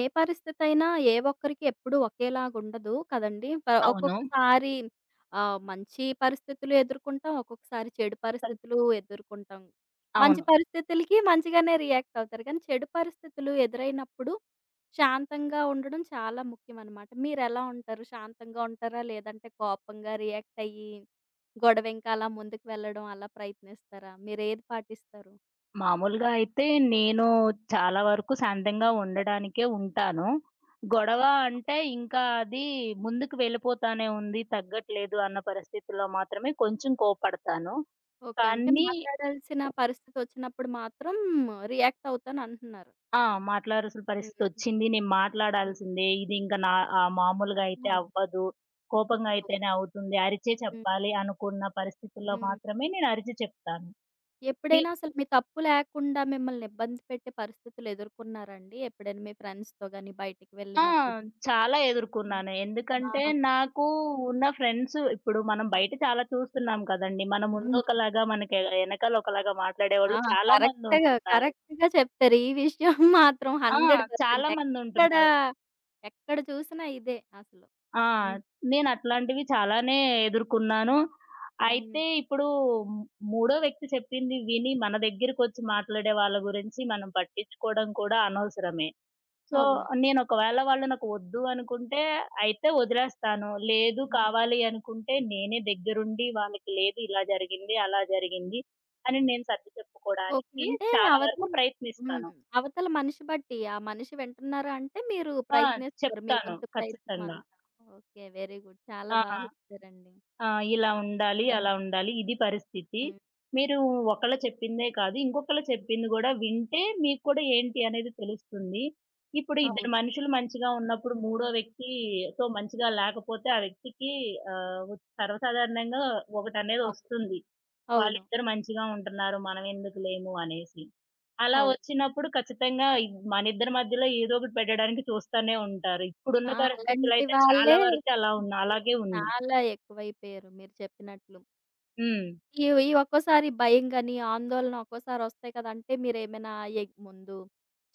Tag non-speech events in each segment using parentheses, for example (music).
ఏ పరిస్థితైనా, ఏ ఒక్కరికి ఎప్పుడూ ఒకేలాగుండదు కదండీ! అవును. ఒక్కొక్కసారి మంచి పరిస్థితులు ఎదుర్కొంటాం. ఒక్కొక్కసారి చెడు కల్ పరిస్థితులు ఎదుర్కొంటాం. మంచి అవును. పరిస్థితులకి మంచిగానే రియాక్ట్ అవుతారు. కానీ చెడు పరిస్థితులు ఎదురైనప్పుడు శాంతంగా ఉండడం చాలా ముఖ్యమనమాట. మీరెలా ఉంటారు? శాంతంగా ఉంటారా? లేదంటే కోపంగా రియాక్ట్ అయ్యి, గొడవ ఇంకా అలా ముందుకు వెళ్ళడం అలా ప్రయత్నిస్తారా? మీరేది పాటిస్తారు? మామూలుగా అయితే నేను చాలా వరకు శాంతంగా ఉండడానికే ఉంటాను. గొడవ అంటే ఇంకా అది ముందుకు వెళ్ళిపోతానే ఉంది, తగ్గట్లేదు అన్న పరిస్థితిలో మాత్రమే కొంచెం కోప్పడతాను. ఓకే. అంటే కానీ మాట్లాడాల్సిన పరిస్థితొచ్చినప్పుడు మాత్రం రియాక్ట్ అవుతానంటున్నారు. ఆ! మాట్లాడాల్సిన హ్మ్. పరిస్థితొచ్చింది. నేను హ్మ్. మాట్లాడాల్సిందే. ఇది ఇంకా నా మామూలుగా అయితే అవును. అవ్వదు. కోపంగా అయితేనే అవుతుంది. అరిచే హ్మ్. చెప్పాలి అనుకున్న పరిస్థితుల్లో హ్మ్. మాత్రమే నేను అరిచి చెప్తాను. ఎప్పుడైనా అసలు మీ తప్పు లేకుండా మిమ్మల్ని ఇబ్బంది పెట్టే పరిస్థితులు ఎదుర్కొన్నారండి? ఎప్పుడైనా మీ ఫ్రెండ్స్‌తో గాని బయటికి ఆ! వెళ్ళినప్పుడు? చాలా ఎదుర్కున్నాను. ఎందుకంటే, ఆ! నాకు ఉన్న ఫ్రెండ్స్ ఇప్పుడు మనం బయట చాలా చూస్తున్నాం కదండీ! మన ముందు హ్మ్. ఒకలాగా, మనకి ఎనకాల ఒకలాగా మాట్లాడేవాళ్ళు ఆ! చాలా కరెక్ట్‌గా, మందుంటున్నారు. కరెక్ట్‌గా చెప్తారు. ఈ విషయం (laughs) మాత్రం ఆ! 100% చాలా ఎక్కడ, మందుంటున్నారు. ఎక్కడ చూసినా ఇదే అసలు. ఆ! హ్మ్. నేను అట్లాంటివి చాలానే ఎదుర్కొన్నాను. హ్మ్. అయితే ఇప్పుడు మూడో వ్యక్తి చెప్పింది విని, మన దగ్గరికొచ్చి మాట్లాడే వాళ్ళ గురించి మనం పట్టించుకోవడం కూడా అనవసరమే. సో, అవును. నేను ఒకవేళ వాళ్ళు నాకు వద్దు అనుకుంటే అయితే వదిలేస్తాను. లేదు కావాలి అనుకుంటే నేనే దగ్గరుండి వాళ్ళకి లేదు ఇలా జరిగింది, అలా జరిగింది అని నేను సర్ది ఓకే. చెప్పుకోవడానికి అంటే చాలా వరకు అవతల హ్మ్. ప్రయత్నిస్తాను. అవతల మనిషి బట్టి, ఆ మనిషి వింటున్నారా అంటే మీరు ఆ! ప్రయత్నిస్తారు. మీ చెప్తాను వంతు ప్రయత్నం ఖచ్చితంగా. అంతా. ఓకే. Very good. చాలా ఆ! బాగా చెప్పారండి. ఆ! ఇలా ఉండాలి, హ్మ్. అలా ఉండాలి. ఇది పరిస్థితి. హ్మ్. మీరు ఒకళ్ళు చెప్పిందే కాదు, ఇంకొకళ్ళు చెప్పింది గూడా వింటే మీకు కూడా ఏంటి అనేది తెలుస్తుంది. ఇప్పుడు ఇద్దరు అవును. మనుషులు మంచిగా ఉన్నప్పుడు మూడో వ్యక్తితో మంచిగా లేకపోతే, ఆ వ్యక్తికి ఆహ్, సర్వసాధారణంగా ఒకటనేది అవును. వస్తుంది. అవును. వాళ్ళిద్దరు మంచిగా ఉంటున్నారు. మనం ఎందుకు లేము అనేసి. అలా అవును. వచ్చినప్పుడు ఖచ్చితంగా మనిద్దరి మధ్యలో ఏదో ఒకటి పెట్టడానికి చూస్తానే ఉంటారు. ఇప్పుడున్న ఆ! అలాంటి పరిస్థితులైతే వాళ్ళే చాలా వరకు అలా ఉన్న నిజమే. అలాగే ఉంది. చాలా ఎక్కువైపోయారు మీరు చెప్పినట్లు. హ్మ్. ఈ ఈ ఒక్కోసారి భయం గాని, ఆందోళన ఒక్కోసారొస్తాయి కదా! అంటే మీరేమైనా ముందు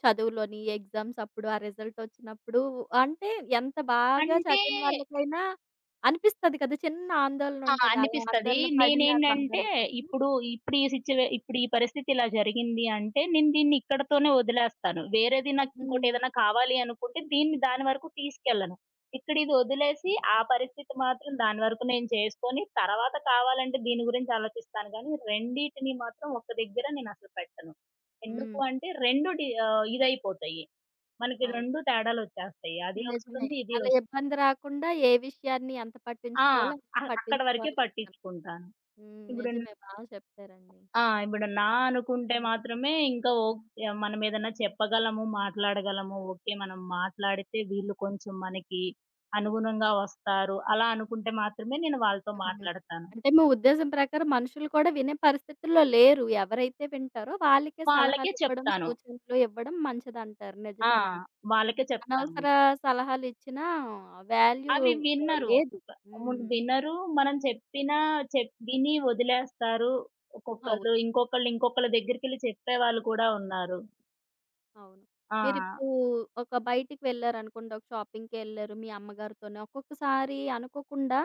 చదువులోని ఎగ్జామ్స్ అప్పుడు, ఆ రిజల్ట్ వచ్చినప్పుడు అంటే ఎంత బాగా అంటే చదివిన వాళ్ళకైనా అనిపిస్తది కదా! చిన్న ఆందోళన ఆ! ఉంటది. అలా అనిపిస్తది. ఆందోళన పడిన నేనేంటంటే సందర్భం ఉందా? ఇప్పుడు, ఇప్పుడు ఈ ఇప్పుడు ఈ పరిస్థితి ఇలా జరిగింది అంటే, నేను దీన్ని ఇక్కడితోనే వదిలేస్తాను. వేరేది నాకు హ్మ్. ఇంకోటేదైనా కావాలి అనుకుంటే దీన్ని దాని వరకు తీసుకెళ్ళను. ఇక్కడ ఇది వదిలేసి ఆ పరిస్థితి మాత్రం దాని వరకు నేను చేసుకొని, తర్వాత కావాలంటే దీని గురించి ఆలోచిస్తాను గానీ, రెండిటిని మాత్రం ఒక దగ్గర నేనసలు పెట్టను. ఎందుకు హ్మ్. అంటే 2 ఇదైపోతాయి. మనకి 2 అవును. తేడాలొచ్చేస్తాయి. అది నిజమే. వస్తుంది, ఇది అలా వస్తుంది. ఇబ్బంది రాకుండా ఏ విషయాన్ని ఎంత ఆ! పట్టించుకోవాలో అంత అక్కడి వరకే పట్టించుకోవాలంటారు. పట్టించుకుంటాను. హ్మ్. ఇప్పుడు న- నిజమే. బా చెప్పారండి. ఆ! ఇప్పుడు నా అనుకుంటే హ్మ్. మాత్రమే ఇంకా మనం ఏదన్నా చెప్పగలము, మాట్లాడగలము. ఓకే. మనం మాట్లాడితే వీళ్ళు కొంచెం మనకి అనుగుణంగా వస్తారు. అలా అనుకుంటే మాత్రమే నేను వాళ్ళతో హ్మ్. మాట్లాడతాను. అంటే మీ ఉద్దేశం ప్రకారం మనుషులు కూడా వినే పరిస్థితుల్లో లేరు. ఎవరైతే వింటారో వాళ్ళకే వాళ్ళకే సలహాలివ్వడం, చెప్తాను. సూచనలు ఇవ్వడం మంచిదంటారు. ఆ! నిజమేనండి. వాళ్ళకే చెప్తాము. అనవసర సలహాలిచ్చినా వాల్యూ అవి వినరు. లేదు. ముందు హ్మ్. వినరు. మనం చెప్పినా విని వదిలేస్తారు. ఒక్కొక్కళ్ళు, అవును. ఇంకొకళ్ళు, ఇంకొకళ్ళ దగ్గరికెళ్ళి చెప్పేవాళ్ళు కూడా ఉన్నారు. అవును. ఆ! మీరిప్పుడు ఒక బయటికి వెళ్లారనుకోండి. ఒక షాపింగ్‌కి వెళ్లారు మీ అమ్మగారితోనే. ఒక్కొక్కసారి అనుకోకుండా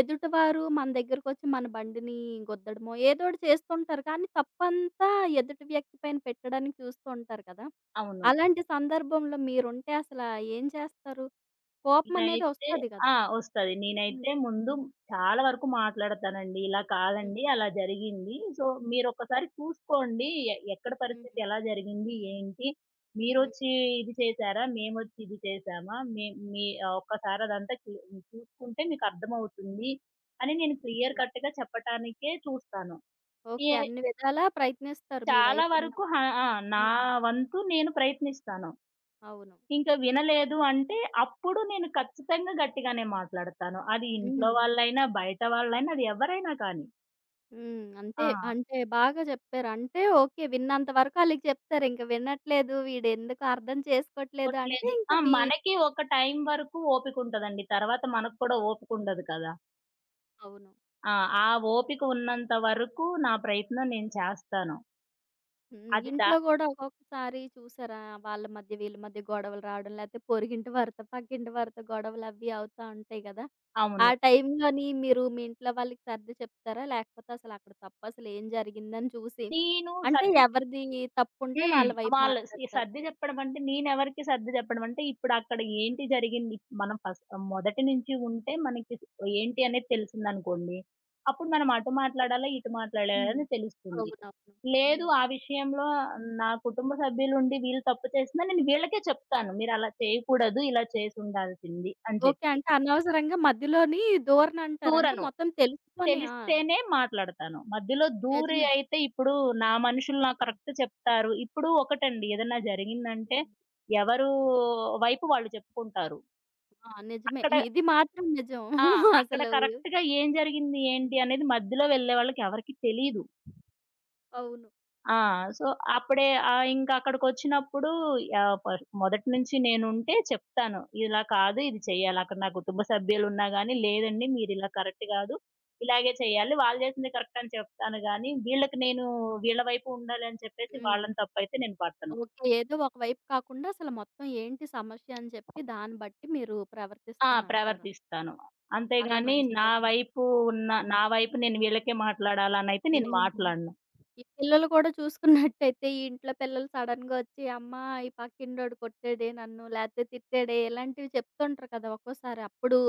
ఎదుటివారు మన దగ్గరకొచ్చి మన బండిని గుద్దడమో ఏదో ఒకటి చేస్తుంటారు. కానీ తప్పంతా ఎదుటి వ్యక్తి పైన పెట్టడానికి చూస్తూ ఉంటారు కదా! అవును. అలాంటి సందర్భంలో మీరుంటే అసలా ఏం చేస్తారు? కోపం అనేది నేనైతే వస్తది కదా! ఆ! ఒస్తది. హ్మ్. నేనైతే ముందు చాలా వరకు మాట్లాడతానండి. ఇలా హ్మ్. కాదండి, అలా జరిగింది. సో, మీరొక్కసారి చూసుకోండి. ఎక్కడ పరిస్థితి హ్మ్. ఎలా జరిగింది? ఏంటి? హ్మ్. మీరొచ్చి ఇది చేశారా? మేమొచ్చి ఇది చేశామా? ఒక్కసారి అదంతా చూసుకుంటే మీకర్థమవుతుంది అని నేను క్లియర్ హ్మ్. కట్‌గా చెప్పటానికే చూస్తాను. ఏ ఓకే. అన్ని విధాలా ప్రయత్నిస్తారు మీ చాలా వైపున్న. వరకు హా! ఆ! నా హ్మ్. వంతు నేను ప్రయత్నిస్తాను. అవును. ఇంక వినలేదు అంటే, అప్పుడు నేను ఖచ్చితంగా గట్టిగానే మాట్లాడతాను. అది ఇంట్లో హ్మ్. వాళ్ళైనా, బయట వాళ్ళైనా, అది ఎవరైనా కానీ. హ్మ్. అంతే. ఆ! అంటే బాగా చెప్పారు. అంటే ఓకే. విన్నంత వరకు ఆళ్ళకి చెప్తారు. ఇంక వినట్లేదు వీడెందుకు అర్థం చేసుకోవట్లేదు అంటే కొట్టలేదు. ఇంక ఆ! మీ మనకి ఒక టైం వరకు ఓపికుంటదండి. తర్వాత మనకు కూడా ఓపికుండదు కదా! అవును. ఆ! ఆ ఓపిక ఉన్నంత వరకు నా ప్రయత్నం నేను చేస్తాను. హ్మ్. అది దా ఇంట్లో గూడా ఒక్కొక్కసారి చూసారా? వాళ్ళ మధ్య వీళ్ళ మధ్య గొడవలు రావడం లేకపోతే పొరుగింటి వారితో, పక్కింటి వారితో గొడవలు అవి అవుతా ఉంటాయి గదా! ఆ అవును. టైంలోని మీరు మీ ఇంట్లో వాళ్ళకి సర్ది చెప్తారా? లేకపోతే అసలు అక్కడ తప్పు అసలు ఏం జరిగిందని చూసి నేను అంటే సర్ది ఎవరిది తప్పుంటే హ్మ్. వాళ్ళ వైపు వాళ్ళు ఈ మాట్లాడతారు. సర్ది చెప్పడం అంటే నేనెవరికి సర్ది చెప్పడం అంటే ఇప్పుడక్కడ ఏంటి జరిగింది మనం ఫస్ట్ మొదటి నుంచి ఉంటే మనకి ఏంటి అనేది తెలిసిందనుకోండి. అప్పుడు మనం అటు మాట్లాడాలా, ఇటు మాట్లాడాలా హ్మ్. అని తెలుస్తుంది. అవునవును. లేదు హ్మ్. ఆ విషయంలో నా కుటుంబ సభ్యులుండి వీళ్ళు తప్పు చేసినా నేను వీళ్ళకే చెప్తాను. మీరలా చేయకూడదు, ఇలా చేసుండాల్సింది అని ఓకే. చెప్పి. అంటే అనవసరంగా మధ్యలోని ధోరణ అంటారు. అంటే తూరను. మొత్తం తెలుసుకొని ఆ! తెలిస్తేనే మాట్లాడతాను. మధ్యలో దూరి నిజమే. అయితే ఇప్పుడు నా మనుషులు నాకు హ్మ్. కరెక్ట్ చెప్తారు. ఇప్పుడు ఒకటండి ఏదన్నా జరిగిందంటే హ్మ్. ఎవరు వైపు వాళ్ళు చెప్పుకుంటారు. ఆ! నిజమే. అక్కడ ఇది మాత్రం నిజం. ఆ! అక్కడ అసలు కరెక్ట్‌గా ఏం జరిగింది ఏంటి అనేది మధ్యలో వెళ్ళే వాళ్ళకి ఎవరికీ తెలీదు. అవును. ఆ! సో, అప్పుడే ఇంకక్కడికొచ్చినప్పుడు ఆహ్, పర్ మొదటి నుంచి నేనుంటే చెప్తాను. ఇలా కాదు, ఇది చేయాలి. అక్కడ నా కుటుంబ సభ్యులున్నా గానీ, లేదండి మీరిలా కరెక్ట్ గాదు. ఇలాగే చేయాలి. వాళ్ళు చేసింది కరెక్ట్ అని చెప్తాను గానీ, వీళ్ళకి నేను వీళ్ళ వైపు ఉండాలని చెప్పేసి హ్మ్. వాళ్ళని తప్పైతే నేను పట్టను. ఓకే. ఏదో ఒకవైపు కాకుండా అసలు మొత్తం ఏంటి సమస్య అని చెప్పి దాన్ని బట్టి మీరు ఆ! ప్రవర్తిస్తానంటారు. ప్రవర్తిస్తాను. చాలా అంతేగాని మంచిదండి. హ్మ్. నా వైపు నేను వీళ్ళకే మాట్లాడాలనైతే నేను హ్మ్. మాట్లాడను. ఈ పిల్లలు కూడా చూసుకున్నట్టయితే ఈ ఇంట్లో పిల్లలు సడెన్‌గా వచ్చి, "అమ్మా ఈ పక్కింటోడు కొట్టాడే నన్ను, లేతే తిట్టాడే" ఇలాంటివి చెప్తుంటారు కదా! ఒక్కోసారి అప్పుడు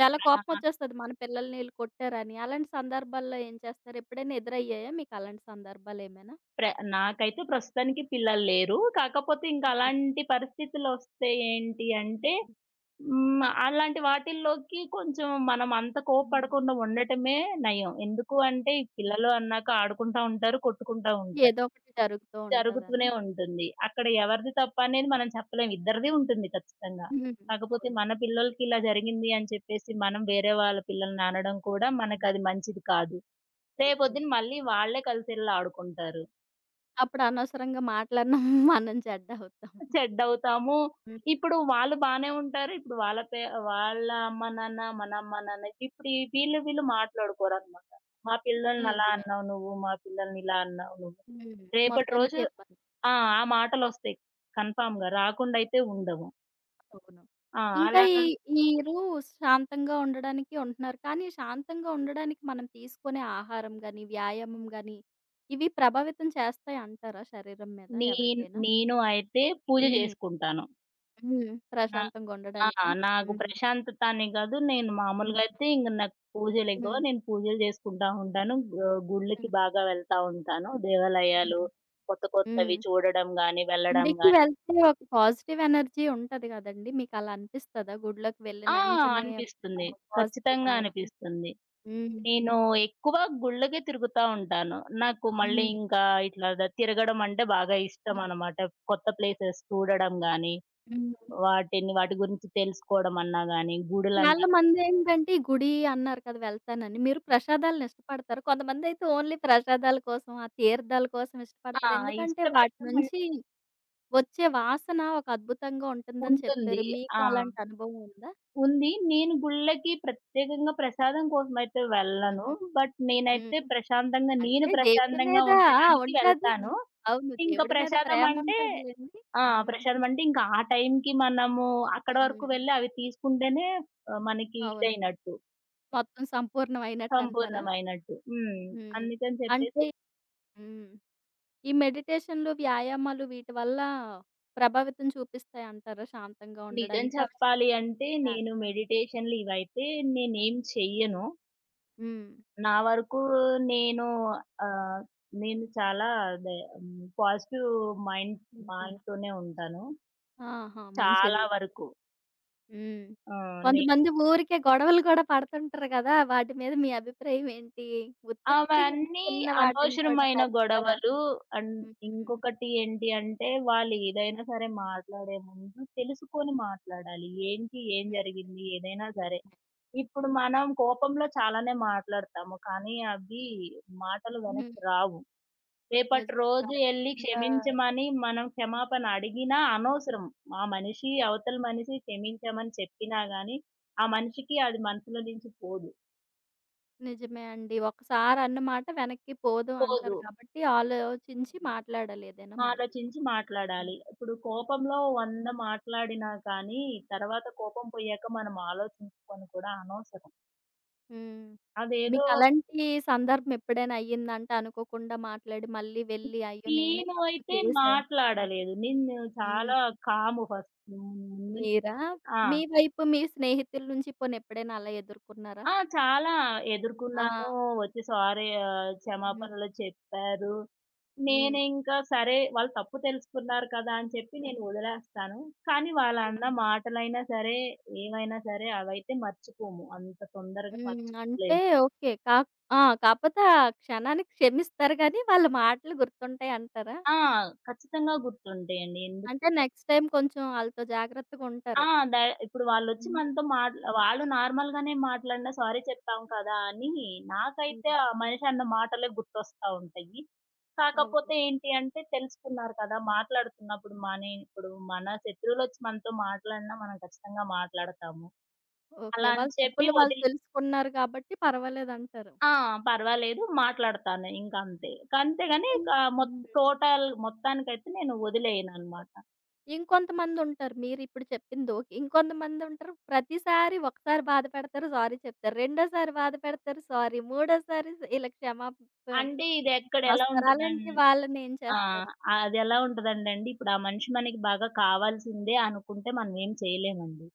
చాలా కోపం వచ్చేస్తది. మన పిల్లల్ని ఈళ్ళు కొట్టారని. అలాంటి సందర్భాల్లో ఏం చేస్తారు? ఎప్పుడైనా ఎదురయ్యాయా మీకు అలాంటి సందర్భాలేమైనా? ప్ర నాకైతే ప్రస్తుతానికి పిల్లలు లేరు. కాకపోతే ఇంకా హ్మ్. అలాంటి పరిస్థితులొస్తే ఏంటి అంటే హ్మ్. హ్మ్. అలాంటి వాటిల్లోకి కొంచెం మనం అంత హ్మ్. కోప్పడకుండా ఉండటమే నయం. ఎందుకు అంటే ఈ హ్మ్. పిల్లలు అన్నాక ఆడుకుంటా ఉంటారు, కొట్టుకుంటా ఉంటారు. ఏదో ఒకటి జరుగుతూ ఉంటదనా? జరుగుతూనే ఉంటుంది. అక్కడ ఎవరిది తప్పనేది మనం చెప్పలేం. ఇద్దరిది ఉంటుంది ఖచ్చితంగా. హ్మ్. హ్మ్. కాకపోతే అవును. మన పిల్లలకి ఇలా జరిగింది అని చెప్పేసి మనం వేరే వాళ్ళ పిల్లల్ని అనడం కూడా అవును. మనకది మంచిది కాదు. నిజమే. రేపొద్దున మళ్ళీ వాళ్ళే కలిసి ఎళ్లి ఆడుకుంటారు. అప్పుడు అనవసరంగా మాటలన్నాం మనం చెడ్డవుతాం. చెడ్డవుతాము. హ్మ్. ఇప్పుడు వాళ్ళు బానే ఉంటారు. ఇప్పుడు వాళ్ళ పే వాళ్ళ అమ్మ నాన్న, మన అమ్మ నాన్న ఇప్పుడు ఈ వీళ్ళు వీళ్ళు మాట్లాడుకోరనమాట. మా పిల్లల్ని అలా నిజమే. అన్నావు నువ్వు. మా పిల్లల్ని ఇలా అన్నావు నువ్వు. హ్మ్. రేపటి మొత్తానికి రోజు ఇబ్బంది. ఆ! ఆ మాటలొస్తాయి. కన్ఫర్మ్‌గా రాకుండా అయితే ఉండవు. అవును. ఆ! ఇంకా అలా ఈ మీరు శాంతంగా ఉండడానికి ఉంటున్నారు. కానీ శాంతంగా ఉండడానికి మనం తీసుకునే ఆహారం గాని, వ్యాయామం గాని ఇవి ప్రభావితం చేస్తాయి అంటారా శరీరం మీద నే ఎవరికైనా? నేను అయితే పూజ హ్మ్. జేసుకుంటాను. హ్మ్. ప్రశాంతంగా ఆ! ఉండడానికా? నాకు హ్మ్. ప్రశాంతత అనే కాదు. నేను మామూలుగా హ్మ్. అయితే ఇంక నాకు పూజలు ఎక్కువ. హ్మ్. నేను పూజలు చేసుకుంటా ఉంటాను. గుళ్ళకి హ్మ్. బాగా వెళ్తా ఉంటాను. దేవాలయాలు హ్మ్. కొత్త హ్మ్. కొత్తవి చూడడం గాని, వెళ్ళడం గుడికి గాని వెళ్తే ఒక పాజిటివ్ ఎనర్జీ ఉంటది గదండీ! మీకలా అనిపిస్తదా? గుడిలోకి ఆ! వెళ్ళిన వెంటనే అనిపిస్తుంది. ఒక పాజిటివ్ ఖచ్చితంగా ఎనర్జీ? అనిపిస్తుంది. హ్మ్. నేను ఎక్కువ గుళ్ళకే తిరుగుతా ఉంటాను. నాకు మళ్ళీ హ్మ్. ఇంకా ఇట్లా ద తిరగడం అంటే బాగా హ్మ్. ఇష్టం అనమాట. కొత్త ప్లేసెస్ చూడడం గాని, హ్మ్. వాటిని వాటి గురించి తెలుసుకోవడం అన్నా గాని, గుడులన్నా చాలా మందేంటంటే, గుడి అన్నారు కదా! వెళ్తానని. మీరు ప్రసాదాలను ఇష్టపడతారు. కొంతమందైతే ఓన్లీ ప్రసాదాల కోసం, ఆ తీర్థాల కోసం ఆ! ఇష్టపడతారు. ఎందుకంటే, వాటి ఇష్టపడడం నుంచి వచ్చే వాసన ఒక అద్భుతంగా ఉంటుందని ఉంటుంది. చెప్పారు. మీకు ఆ! అలాంటి అనుభవం ఉందా? ఉంది. నేను గుళ్ళకి ప్రత్యేకంగా ప్రసాదం కోసమయితే వెళ్ళను. హ్మ్. బట్ నేనైతే హ్మ్. ప్రశాంతంగా నేను అంటే దేవుడి ప్రశాంతంగా మీద ఆ! ఉండడానికి ఉంటాది. వెళ్తాను. అవును. ఇంకా దేవుడి మీద ప్రసాదం ప్రేమ అంటే ఉంటదిలెండి. ఆ! హ్మ్. ప్రసాదం అంటే ఇంకా ఆ టైంకి మనము అక్కడి వరకు హ్మ్. వెళ్ళి అవి తీసుకుంటేనే మనకి అవును. ఇదైనట్టు. మొత్తం సంపూర్ణమైనట్టు అంటారా? సంపూర్ణమైనట్టు. హ్మ్. హ్మ్. అందుకని చెప్పేసి అంటే హ్మ్. ఈ మెడిటేషన్‌లు, వ్యాయామాలు వీటి వల్ల ప్రభావితం చూపిస్తాయి అంటారా శాంతంగా నిజం ఉండడానికి? అవి చెప్పాలి అంటే చేయాలి. నేను మెడిటేషన్‌లు ఇవైతే నేనేం చెయ్యను. హ్మ్. నా వరకు నేను ఆహ్, నేను చాలా అదే హ్మ్, పాజిటివ్ మైండ్ హుహు. మైండ్‌తోనే ఉంటాను. ఆహా! చాలా మంచిది. వరకు. హ్మ్. ఆహ్, నే కొంతమంది ఊరికే గొడవలు కూడా పడుతుంటారు కదా! వాటి మీద మీ అభిప్రాయం ఏంటి? ఉత్తుత్తిగా అంటే అవన్నీ చిన్న వాటిని కూడా అనవసరమైన పెద్దగా గొడవలు అండ్ హ్మ్. హ్మ్. ఇంకొకటి ఏంటి అంటే, వాళ్ళు ఏదైనా సరే మాట్లాడే ముందు తెలుసుకొని మాట్లాడాలి. ఏంటి? ఏం హ్మ్. జరిగింది? ఏదైనా సరే. నిజమే. ఇప్పుడు మనం కోపంలో చాలానే మాట్లాడతాము. కానీ అవి మాటలు హ్మ్. వెనక్కి రావు. రేపటి నిజమే. రోజు ఎళ్లి కరెక్ట్‌గా చెప్పారు. క్షమించమని మనం క్షమాపణ అడిగినా అనవసరం. ఆ మనిషి అవతల మనిషి క్షమించమని చెప్పినా గాని, ఆ మనిషికి అది మనసులో నుంచి పోదు. నిజమే అండి. ఒకసారి అన్న మాట వెనక్కి పోదు పోదు. అంటారు కాబట్టి ఆలోచించి మాట్లాడాలి ఏదైనా ఆలోచించి మాట్లాడేటప్పుడు. మాట్లాడాలి. ఇప్పుడు కోపంలో 100 మాట్లాడినా కానీ, తర్వాత కోపం పోయాక మనం ఆలోచించుకొని కూడా అనవసరం. హ్మ్. అదేదో మీకలాంటి సందర్భం ఎప్పుడైనా అయ్యిందంటే అనుకోకుండా మాట్లాడి మళ్ళీ వెళ్ళి అయ్యో! నేనే నేను తప్పు అయితే చేశాను అని. మాట్లాడలేదు. నేను హ్మ్. చాలా కాము ఫస్ట్. హ్మ్. మీరా? ఆ! మీ వైపు మీ స్నేహితుల నుంచి పోనీ ఎప్పుడైనా అలా ఎదుర్కొన్నారా? ఆ! చాలా ఎదుర్కున్నాను. ఆ! వచ్చి సారీ హ్మ్. క్షమాపణలు చెప్పారు. హ్మ్. నేనింకా సరే వాళ్ళు తప్పు తెలుసుకున్నారు కదా! అని చెప్పి నేను హ్మ్. వదిలేస్తాను. కానీ వాళ్ళన్న ఓకే. మాటలైనా సరే, ఏవైనా సరే అవైతే మర్చిపోము. అంత తొందరగా హ్మ్. అంటే మర్చిపోలేము. ఓకే. ఆ! కాపోతే ఆ క్షణానికి క్షమిస్తారు గానీ వాళ్ళ మాటలు గుర్తుంటాయి అంటారా? ఆ! ఖచ్చితంగా గుర్తుంటాయండి. ఎందుకు అంటే నెక్స్ట్ టైమ్ కొంచెం ఆళ్ళతో ఆ! జాగ్రత్తగుంటారు. డ ఇప్పుడు వాళ్ళొచ్చి హ్మ్. మనతో మాట్లా వాళ్ళు నార్మల్‌గానే మాట్లాడినా సారీ చెప్తాం కదా! అని నాకైతే హ్మ్. ఆ మనిషి అన్న మాటలే గుర్తొస్తా ఉంటాయి. అవును. కాకపోతే ఏంటి అంటే తెలుసుకున్నారు కదా! మాట్లాడుతున్నప్పుడు మనే ఇప్పుడు మన శత్రువులొచ్చి మనతో మాట్లాడినా మనం ఖచ్చితంగా మాట్లాడతాము. ఓకే. అలా అని వాళ్ళ చెప్పి తప్పులు వాళ్ళు వదిలి తెలుసుకున్నారు కాబట్టి పర్వాలేదంటారు. ఆ! పర్వాలేదు మాట్లాడతాను ఇంకంతే. అంతేగాని హ్మ్. ఆహ్, మొత్ హ్మ్. టోటల్ మొత్తానికైతే నేను వదిలేయననమాట. ఇంకొంతమందుంటారు మీరిప్పుడు చెప్పింది ఓకే. ఇంకొంతమందుంటారు ప్రతిసారి ఒకసారి బాధ పెడతారు, సారీ చెప్తారు. రెండోసారి బాధ పెడతారు, సారీ. మూడోసారి ఇలా క్షమాపణ అంటే ఇది ఎక్కడ ఎలా కోస్తారు. ఉంటదం అలాంటి వాళ్ళనేం ఆ! చేస్తారు? అదెలా ఉంటదంటేండి, ఇప్పుడు ఆ మనిషి మనకి బాగా కావాల్సిందే అనుకుంటే మనం ఏం చేయలేమండి.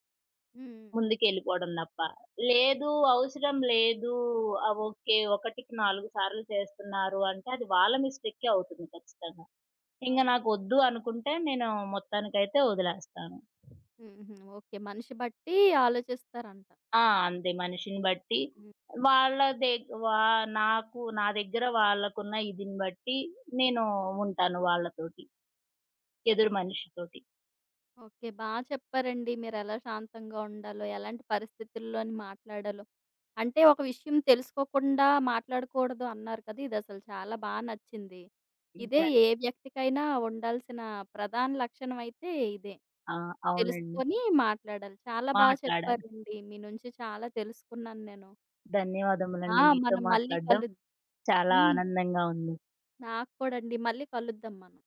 హ్మ్. ముందుకెళ్ళిపోవడం తప్ప. లేదు, అవసరం లేదు, ఆ! ఓకే. ఒకటికి 4 సార్లు చేస్తున్నారు అంటే అది వాళ్ళ మిస్టేకే అవుతుంది ఖచ్చితంగా. ఇంక అవును. నాకొద్దు అనుకుంటే నేను మొత్తానికైతే వదిలేస్తాను. హుహు. ఓకే. మనిషి బట్టి ఆలోచిస్తారంట. ఆ! అంతే మనిషిని బట్టి హ్మ్. వాళ్ళ దగ్ వా నాకు నా దగ్గర వాళ్ళకున్న ఇదిని బట్టి నేను ఉంటాను వాళ్ళతోటి. ఎదురు హ్మ్. మనిషితోటి. ఓకే. బా చెప్పారండి. మీరెలా శాంతంగా ఉండాలో, ఎలాంటి పరిస్థితుల్లోని మాట్లాడాలో. అంటే ఒక విషయం తెలుసుకోకుండా మాట్లాడకూడదు అన్నారు కదా! ఇదసలు చాలా బా నచ్చింది. ఇదే ఇంకా ఏ వ్యక్తికైనా ఉండాల్సిన ప్రధాన లక్షణం అయితే ఇదే. ఆ! అవునండి. తెలుసుకొని మాట్లాడాలి. చాలా బా మాట్లాడాలి. చెప్పారండి. మీ నుంచి చాలా తెలుసుకున్నాను నేను. ఆ! ధన్యవాదములండి. మీతో మనం మళ్ళీ మాట్లాడడం చాలా హ్మ్. ఆనందంగా ఉంది. నాకు కూడా అండి. మళ్ళీ కలుద్దాం మనం.